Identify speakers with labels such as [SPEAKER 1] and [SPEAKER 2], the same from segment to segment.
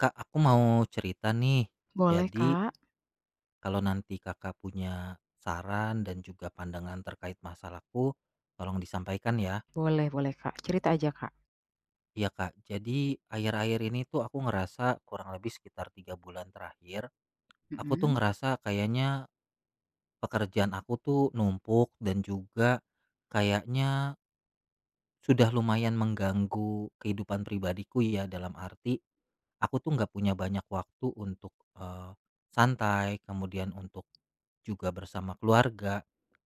[SPEAKER 1] Kak, aku mau cerita nih.
[SPEAKER 2] Boleh,
[SPEAKER 1] Jadi,
[SPEAKER 2] Kak.
[SPEAKER 1] kalau nanti Kakak punya saran dan juga pandangan terkait masalahku, tolong disampaikan ya.
[SPEAKER 2] Boleh boleh, Kak. Cerita aja, Kak.
[SPEAKER 1] Iya Kak, jadi akhir-akhir ini tuh aku ngerasa kurang lebih sekitar 3 bulan terakhir, aku tuh
[SPEAKER 2] Mhm.
[SPEAKER 1] ngerasa kayaknya pekerjaan aku tuh numpuk dan juga kayaknya sudah lumayan mengganggu kehidupan pribadiku ya dalam arti aku tuh nggak punya banyak waktu untuk eh, santai, kemudian untuk juga bersama keluarga.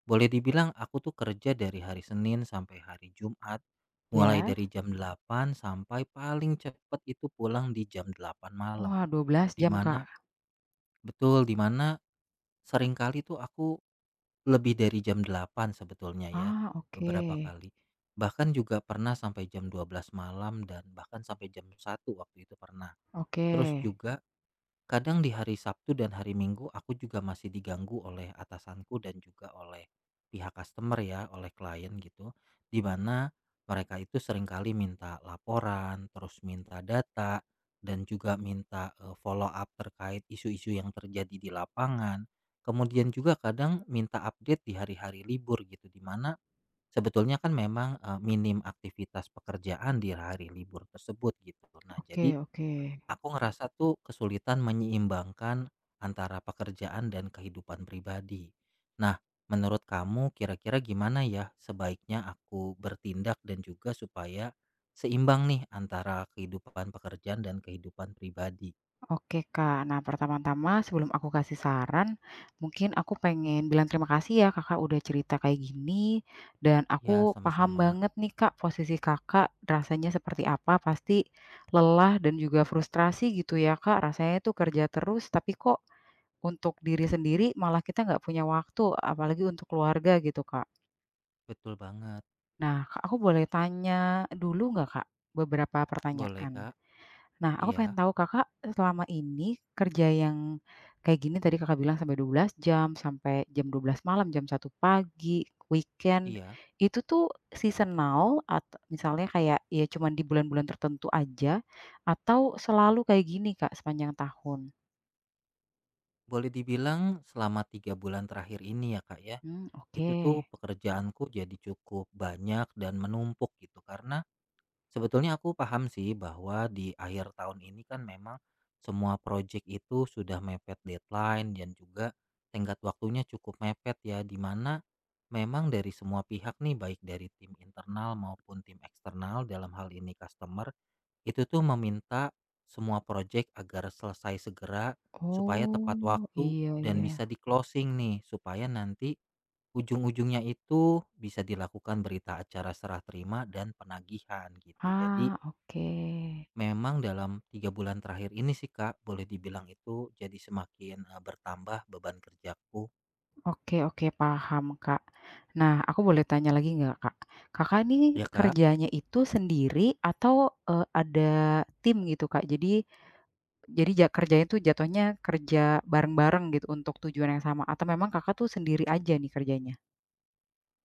[SPEAKER 1] Boleh dibilang aku tuh kerja dari hari Senin sampai hari Jumat, mulai
[SPEAKER 2] Ya.
[SPEAKER 1] dari jam 8 sampai paling cepat itu pulang di jam 8 malam.
[SPEAKER 2] Wah, 12 jam,
[SPEAKER 1] dimana
[SPEAKER 2] Kak.
[SPEAKER 1] betul, dimana seringkali tuh aku lebih dari jam 8 sebetulnya ya,
[SPEAKER 2] Ah, oke.
[SPEAKER 1] beberapa kali. Bahkan juga pernah sampai jam 12 malam dan bahkan sampai jam 1 waktu itu pernah.
[SPEAKER 2] Oke.
[SPEAKER 1] Terus juga, kadang di hari Sabtu dan hari Minggu aku juga masih diganggu oleh atasanku dan juga oleh pihak customer ya, oleh klien gitu. Di mana mereka itu seringkali minta laporan, terus minta data dan juga minta follow up terkait isu-isu yang terjadi di lapangan. Kemudian juga kadang minta update di hari-hari libur gitu di mana sebetulnya kan memang minim aktivitas pekerjaan di hari libur tersebut gitu. Nah,
[SPEAKER 2] Oke
[SPEAKER 1] jadi
[SPEAKER 2] oke.
[SPEAKER 1] aku ngerasa tuh kesulitan menyeimbangkan antara pekerjaan dan kehidupan pribadi. Nah, menurut kamu kira-kira gimana ya sebaiknya aku bertindak dan juga supaya seimbang nih antara kehidupan pekerjaan dan kehidupan pribadi?
[SPEAKER 2] Oke, Kak. Nah, pertama-tama sebelum aku kasih saran, mungkin aku pengen bilang terima kasih ya Kakak udah cerita kayak gini, dan
[SPEAKER 1] Iya,
[SPEAKER 2] aku paham
[SPEAKER 1] sama-sama.
[SPEAKER 2] banget nih, Kak, posisi Kakak rasanya seperti apa, pasti lelah dan juga frustrasi gitu ya, Kak. Rasanya tuh kerja terus tapi kok untuk diri sendiri malah kita nggak punya waktu, apalagi untuk keluarga gitu, Kak.
[SPEAKER 1] Betul banget.
[SPEAKER 2] Nah, Kak, aku boleh tanya dulu nggak, Kak, beberapa
[SPEAKER 1] Boleh,
[SPEAKER 2] pertanyaan?
[SPEAKER 1] Kak.
[SPEAKER 2] Nah, aku
[SPEAKER 1] Iya,
[SPEAKER 2] pengen tahu Kakak selama ini kerja yang kayak gini tadi Kakak bilang sampai 12 jam, sampai jam 12 malam, jam 1 pagi, weekend,
[SPEAKER 1] iya.
[SPEAKER 2] itu tuh seasonal atau misalnya kayak ya cuman di bulan-bulan tertentu aja, atau selalu kayak gini, Kak, sepanjang tahun?
[SPEAKER 1] Boleh dibilang selama 3 bulan terakhir ini ya, Kak ya,
[SPEAKER 2] Mmm,
[SPEAKER 1] itu
[SPEAKER 2] oke.
[SPEAKER 1] tuh pekerjaanku jadi cukup banyak dan menumpuk gitu karena sebetulnya aku paham sih bahwa di akhir tahun ini kan memang semua project itu sudah mepet deadline dan juga tenggat waktunya cukup mepet ya di mana memang dari semua pihak nih baik dari tim internal maupun tim eksternal dalam hal ini customer itu tuh meminta semua project agar selesai segera supaya tepat
[SPEAKER 2] Oh,
[SPEAKER 1] waktu
[SPEAKER 2] iya
[SPEAKER 1] dan
[SPEAKER 2] iya.
[SPEAKER 1] bisa di closing nih supaya nanti ujung-ujungnya itu bisa dilakukan berita acara serah terima dan penagihan gitu. Jadi
[SPEAKER 2] Ah, oke.
[SPEAKER 1] memang dalam 3 bulan terakhir ini sih Kak, boleh dibilang itu jadi semakin, bertambah beban kerjaku.
[SPEAKER 2] Oke oke, paham, Kak. Nah, aku boleh tanya lagi nggak, Kak? Kakak ini
[SPEAKER 1] Ya Kak.
[SPEAKER 2] kerjanya itu sendiri atau, ada tim gitu, Kak? Jadi kerjanya tuh jatuhnya kerja bareng-bareng gitu untuk tujuan yang sama atau memang Kakak tuh sendiri aja nih kerjanya?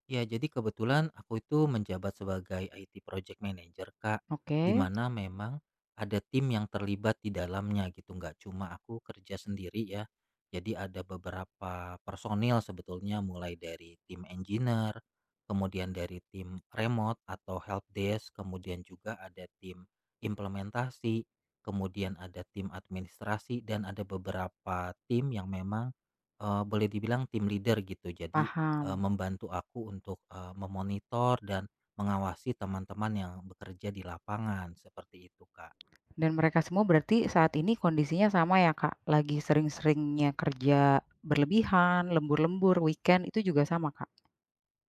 [SPEAKER 1] Ya, jadi kebetulan aku itu menjabat sebagai IT Project Manager, Kak,
[SPEAKER 2] Oke,
[SPEAKER 1] di mana memang ada tim yang terlibat di dalamnya gitu, nggak cuma aku kerja sendiri ya. Jadi ada beberapa personil sebetulnya mulai dari tim engineer, kemudian dari tim remote atau help desk, kemudian juga ada tim implementasi, kemudian ada tim administrasi dan ada beberapa tim yang memang boleh dibilang tim leader gitu. Jadi,
[SPEAKER 2] paham.
[SPEAKER 1] membantu aku untuk, memonitor dan mengawasi teman-teman yang bekerja di lapangan, seperti itu, Kak.
[SPEAKER 2] Dan mereka semua berarti saat ini kondisinya sama ya, Kak? Lagi sering-seringnya kerja berlebihan, lembur-lembur, weekend itu juga sama, Kak?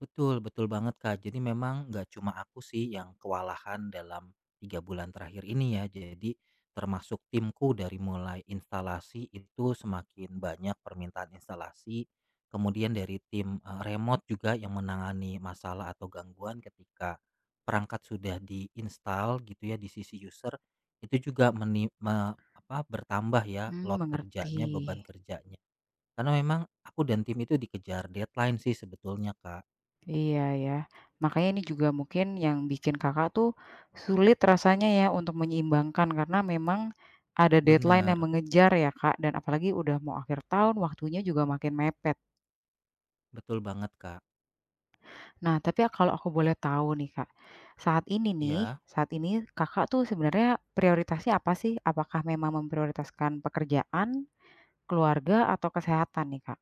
[SPEAKER 1] Betul, betul banget Kak. Jadi memang nggak cuma aku sih yang kewalahan dalam 3 bulan terakhir ini ya. Jadi termasuk timku dari mulai instalasi itu semakin banyak permintaan instalasi. Kemudian dari tim remote juga yang menangani masalah atau gangguan ketika perangkat sudah diinstal gitu ya di sisi user itu juga apa, bertambah ya
[SPEAKER 2] Mmm,
[SPEAKER 1] load
[SPEAKER 2] mengerti.
[SPEAKER 1] kerjanya, beban kerjanya. Karena memang aku dan tim itu dikejar deadline sih sebetulnya Kak.
[SPEAKER 2] Iya ya. Makanya ini juga mungkin yang bikin Kakak tuh sulit rasanya ya untuk menyeimbangkan karena memang ada deadline yang
[SPEAKER 1] Benar,
[SPEAKER 2] mengejar ya, Kak, dan apalagi udah mau akhir tahun, waktunya juga makin mepet.
[SPEAKER 1] betul banget Kak.
[SPEAKER 2] Nah, tapi kalau aku boleh tahu nih, Kak, saat ini nih,
[SPEAKER 1] Ya,
[SPEAKER 2] saat ini Kakak tuh sebenarnya prioritasnya apa sih? Apakah memang memprioritaskan pekerjaan, keluarga, atau kesehatan nih, Kak?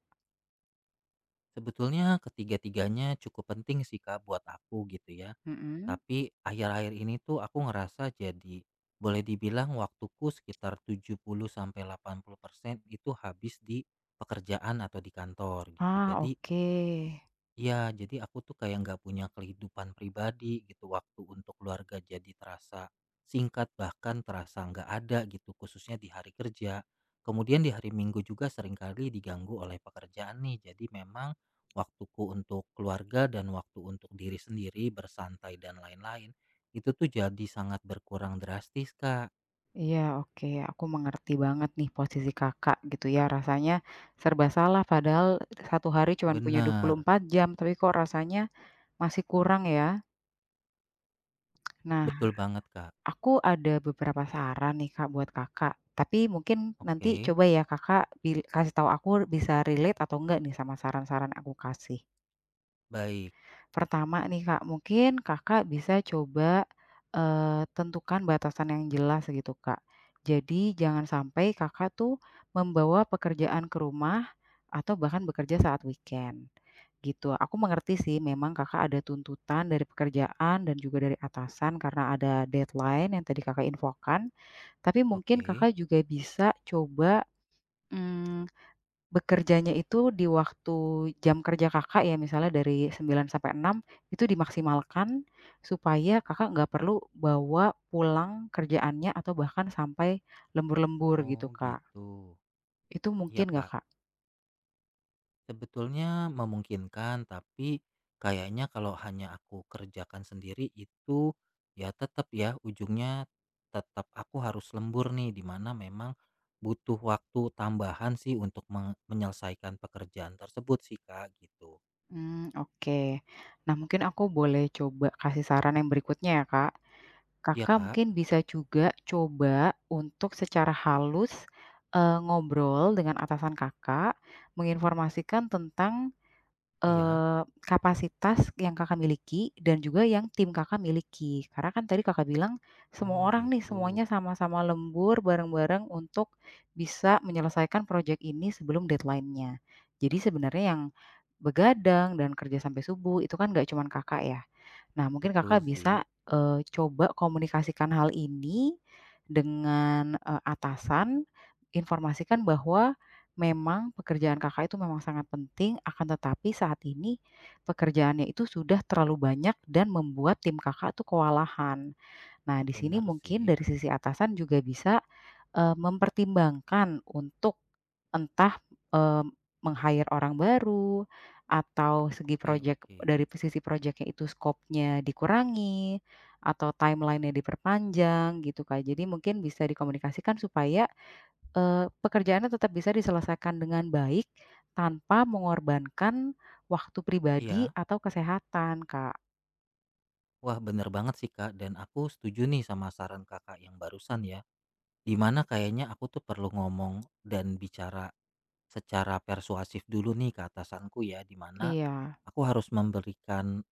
[SPEAKER 1] sebetulnya ketiga-tiganya cukup penting sih Kak buat aku gitu ya.
[SPEAKER 2] Mhm.
[SPEAKER 1] Tapi akhir-akhir ini tuh aku ngerasa jadi boleh dibilang waktuku sekitar 70 sampai 80% itu habis di pekerjaan atau di kantor gitu.
[SPEAKER 2] Ah,
[SPEAKER 1] Jadi,
[SPEAKER 2] oke.
[SPEAKER 1] iya, jadi aku tuh kayak nggak punya kehidupan pribadi gitu. Waktu untuk keluarga jadi terasa singkat, bahkan terasa nggak ada gitu, khususnya di hari kerja. Kemudian di hari Minggu juga seringkali diganggu oleh pekerjaan nih. Jadi memang waktuku untuk keluarga dan waktu untuk diri sendiri bersantai dan lain-lain itu tuh jadi sangat berkurang drastis, Kak.
[SPEAKER 2] Iya, oke. Aku mengerti banget nih posisi Kakak gitu ya. Rasanya serba salah padahal satu hari cuman punya
[SPEAKER 1] Benar,
[SPEAKER 2] 24 jam, tapi kok rasanya masih kurang ya. Nah,
[SPEAKER 1] betul banget, Kak.
[SPEAKER 2] aku ada beberapa saran nih Kak buat Kakak, tapi mungkin nanti
[SPEAKER 1] Oke,
[SPEAKER 2] coba ya Kakak kasih tahu aku bisa relate atau enggak nih sama saran-saran aku kasih.
[SPEAKER 1] baik.
[SPEAKER 2] Pertama nih Kak, mungkin Kakak bisa coba, tentukan batasan yang jelas gitu Kak. Jadi jangan sampai Kakak tuh membawa pekerjaan ke rumah atau bahkan bekerja saat weekend, gitu. Aku mengerti sih memang Kakak ada tuntutan dari pekerjaan dan juga dari atasan karena ada deadline yang tadi Kakak infokan. Tapi mungkin
[SPEAKER 1] Oke.
[SPEAKER 2] Kakak juga bisa coba, mmm bekerjanya itu di waktu jam kerja Kakak ya, misalnya dari 9 sampai 6 itu dimaksimalkan supaya Kakak nggak perlu bawa pulang kerjaannya atau bahkan sampai lembur-lembur
[SPEAKER 1] Oh,
[SPEAKER 2] gitu, Kak.
[SPEAKER 1] gitu.
[SPEAKER 2] Itu
[SPEAKER 1] Iya,
[SPEAKER 2] mungkin nggak,
[SPEAKER 1] Kak.
[SPEAKER 2] Kak?
[SPEAKER 1] Sebetulnya memungkinkan, tapi kayaknya kalau hanya aku kerjakan sendiri itu ya tetap ya ujungnya tetap aku harus lembur nih di mana memang butuh waktu tambahan sih untuk menyelesaikan pekerjaan tersebut sih Kak gitu.
[SPEAKER 2] Mmm, oke. Nah, mungkin aku boleh coba kasih saran yang berikutnya ya, Kak.
[SPEAKER 1] Iya
[SPEAKER 2] Kakak
[SPEAKER 1] Kak?
[SPEAKER 2] mungkin bisa juga coba untuk secara halus, ngobrol dengan atasan Kakak, menginformasikan tentang
[SPEAKER 1] Iya.
[SPEAKER 2] Kapasitas yang Kakak miliki dan juga yang tim Kakak miliki. Karena kan tadi Kakak bilang semua
[SPEAKER 1] Oh
[SPEAKER 2] orang nih,
[SPEAKER 1] gitu.
[SPEAKER 2] semuanya sama-sama lembur bareng-bareng untuk bisa menyelesaikan proyek ini sebelum deadline-nya. Jadi sebenarnya yang begadang dan kerja sampai subuh itu kan nggak cuman Kakak ya. Nah, mungkin
[SPEAKER 1] Betul
[SPEAKER 2] Kakak
[SPEAKER 1] sih.
[SPEAKER 2] bisa, coba komunikasikan hal ini dengan, atasan, informasikan bahwa memang pekerjaan Kakak itu memang sangat penting, akan tetapi saat ini pekerjaannya itu sudah terlalu banyak dan membuat tim Kakak tuh kewalahan. Nah, di sini
[SPEAKER 1] Benar
[SPEAKER 2] mungkin
[SPEAKER 1] sih.
[SPEAKER 2] dari sisi atasan juga bisa mempertimbangkan untuk entah, eee, meng-hire orang baru atau segi
[SPEAKER 1] Oke,
[SPEAKER 2] projek
[SPEAKER 1] oke.
[SPEAKER 2] dari sisi projeknya itu skopnya dikurangi atau timeline-nya diperpanjang gitu, Kak. Jadi mungkin bisa dikomunikasikan supaya, pekerjaannya tetap bisa diselesaikan dengan baik tanpa mengorbankan waktu pribadi
[SPEAKER 1] Iya.
[SPEAKER 2] atau kesehatan, Kak.
[SPEAKER 1] Wah, benar banget sih Kak dan aku setuju nih sama saran Kakak yang barusan ya. Dimana kayaknya aku tuh perlu ngomong dan bicara secara persuasif dulu nih ke atasanku ya, dimana
[SPEAKER 2] Iya,
[SPEAKER 1] aku harus memberikan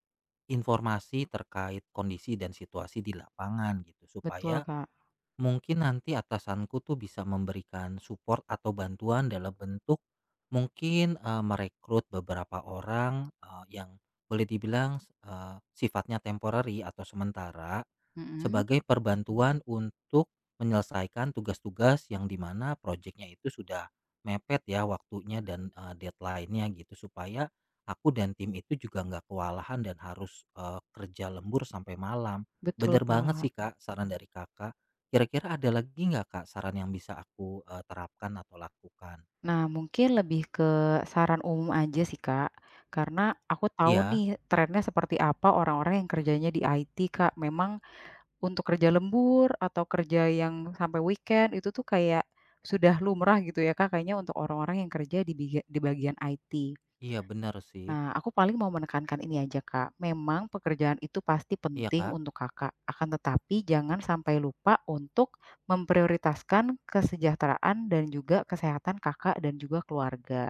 [SPEAKER 1] informasi terkait kondisi dan situasi di lapangan gitu
[SPEAKER 2] betul,
[SPEAKER 1] supaya
[SPEAKER 2] Kak.
[SPEAKER 1] mungkin nanti atasanku tuh bisa memberikan support atau bantuan dalam bentuk mungkin merekrut beberapa orang yang boleh dibilang sifatnya temporary atau sementara
[SPEAKER 2] Mhm,
[SPEAKER 1] sebagai perbantuan untuk menyelesaikan tugas-tugas yang dimana proyeknya itu sudah mepet ya waktunya dan deadline-nya gitu supaya aku dan tim itu juga nggak kewalahan dan harus kerja lembur sampai malam.
[SPEAKER 2] betul,
[SPEAKER 1] Bener banget
[SPEAKER 2] Kak.
[SPEAKER 1] sih kak saran dari kakak. Kira-kira ada lagi nggak, Kak, saran yang bisa aku, terapkan atau lakukan?
[SPEAKER 2] Nah, mungkin lebih ke saran umum aja sih, Kak. Karena aku tahu
[SPEAKER 1] Iya
[SPEAKER 2] nih trennya seperti apa orang-orang yang kerjanya di IT, Kak. Memang untuk kerja lembur atau kerja yang sampai weekend itu tuh kayak sudah lumrah gitu ya, Kak, kayaknya untuk orang-orang yang kerja di di bagian IT.
[SPEAKER 1] iya, benar sih.
[SPEAKER 2] Nah, aku paling mau menekankan ini aja, Kak. Memang pekerjaan itu pasti
[SPEAKER 1] Iya,
[SPEAKER 2] penting
[SPEAKER 1] Kak.
[SPEAKER 2] untuk Kakak. Akan tetapi jangan sampai lupa untuk memprioritaskan kesejahteraan dan juga kesehatan Kakak dan juga keluarga.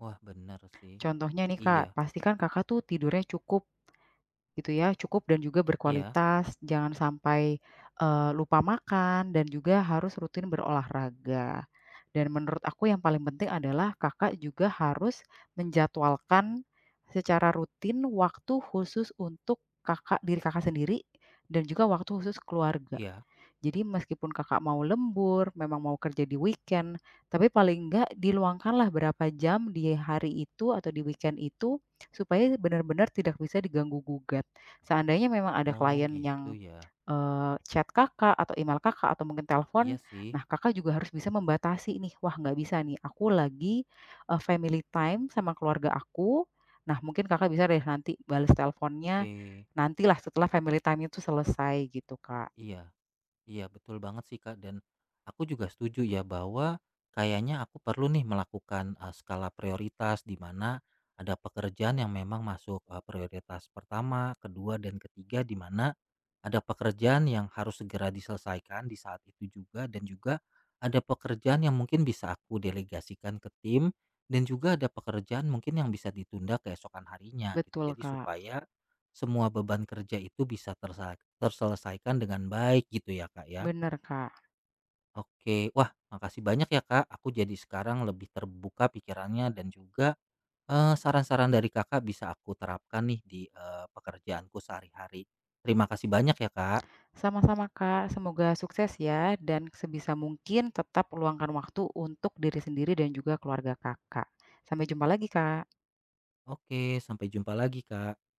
[SPEAKER 1] Wah, benar sih.
[SPEAKER 2] Contohnya nih Kak,
[SPEAKER 1] Iya
[SPEAKER 2] pastikan Kakak tuh tidurnya cukup gitu ya, cukup dan juga
[SPEAKER 1] iya
[SPEAKER 2] berkualitas, jangan sampai, lupa makan dan juga harus rutin berolahraga. Dan menurut aku yang paling penting adalah Kakak juga harus menjadwalkan secara rutin waktu khusus untuk diri Kakak sendiri dan juga waktu khusus keluarga.
[SPEAKER 1] iya.
[SPEAKER 2] Jadi meskipun Kakak mau lembur, memang mau kerja di weekend, tapi paling enggak diluangkanlah berapa jam di hari itu atau di weekend itu, supaya benar-benar tidak bisa diganggu gugat. Seandainya memang ada
[SPEAKER 1] Oh,
[SPEAKER 2] klien
[SPEAKER 1] gitu
[SPEAKER 2] yang,
[SPEAKER 1] ya.
[SPEAKER 2] chat Kakak atau email Kakak atau mungkin
[SPEAKER 1] Iya
[SPEAKER 2] telepon,
[SPEAKER 1] sih.
[SPEAKER 2] nah Kakak juga harus bisa membatasi nih, "Wah nggak bisa nih, aku lagi, family time sama keluarga aku." Nah mungkin Kakak bisa deh nanti balas teleponnya,
[SPEAKER 1] Oke.
[SPEAKER 2] nantilah setelah family time itu selesai gitu, Kak.
[SPEAKER 1] Iya. Iya betul banget sih Kak dan aku juga setuju ya bahwa kayaknya aku perlu nih melakukan skala prioritas di mana ada pekerjaan yang memang masuk prioritas pertama, kedua dan ketiga di mana ada pekerjaan yang harus segera diselesaikan di saat itu juga dan juga ada pekerjaan yang mungkin bisa aku delegasikan ke tim dan juga ada pekerjaan mungkin yang bisa ditunda keesokan harinya gitu.
[SPEAKER 2] Betul,
[SPEAKER 1] Jadi
[SPEAKER 2] Kak.
[SPEAKER 1] supaya semua beban kerja itu bisa terselesaikan dengan baik gitu ya, Kak, ya.
[SPEAKER 2] Bener, Kak.
[SPEAKER 1] Oke, wah makasih banyak ya, Kak, aku jadi sekarang lebih terbuka pikirannya dan juga, saran-saran dari Kakak bisa aku terapkan nih di, pekerjaanku sehari-hari. Terima kasih banyak ya, Kak.
[SPEAKER 2] Sama-sama, Kak. Semoga sukses ya dan sebisa mungkin tetap luangkan waktu untuk diri sendiri dan juga keluarga Kakak. Sampai jumpa lagi, Kak.
[SPEAKER 1] Oke, sampai jumpa lagi, Kak.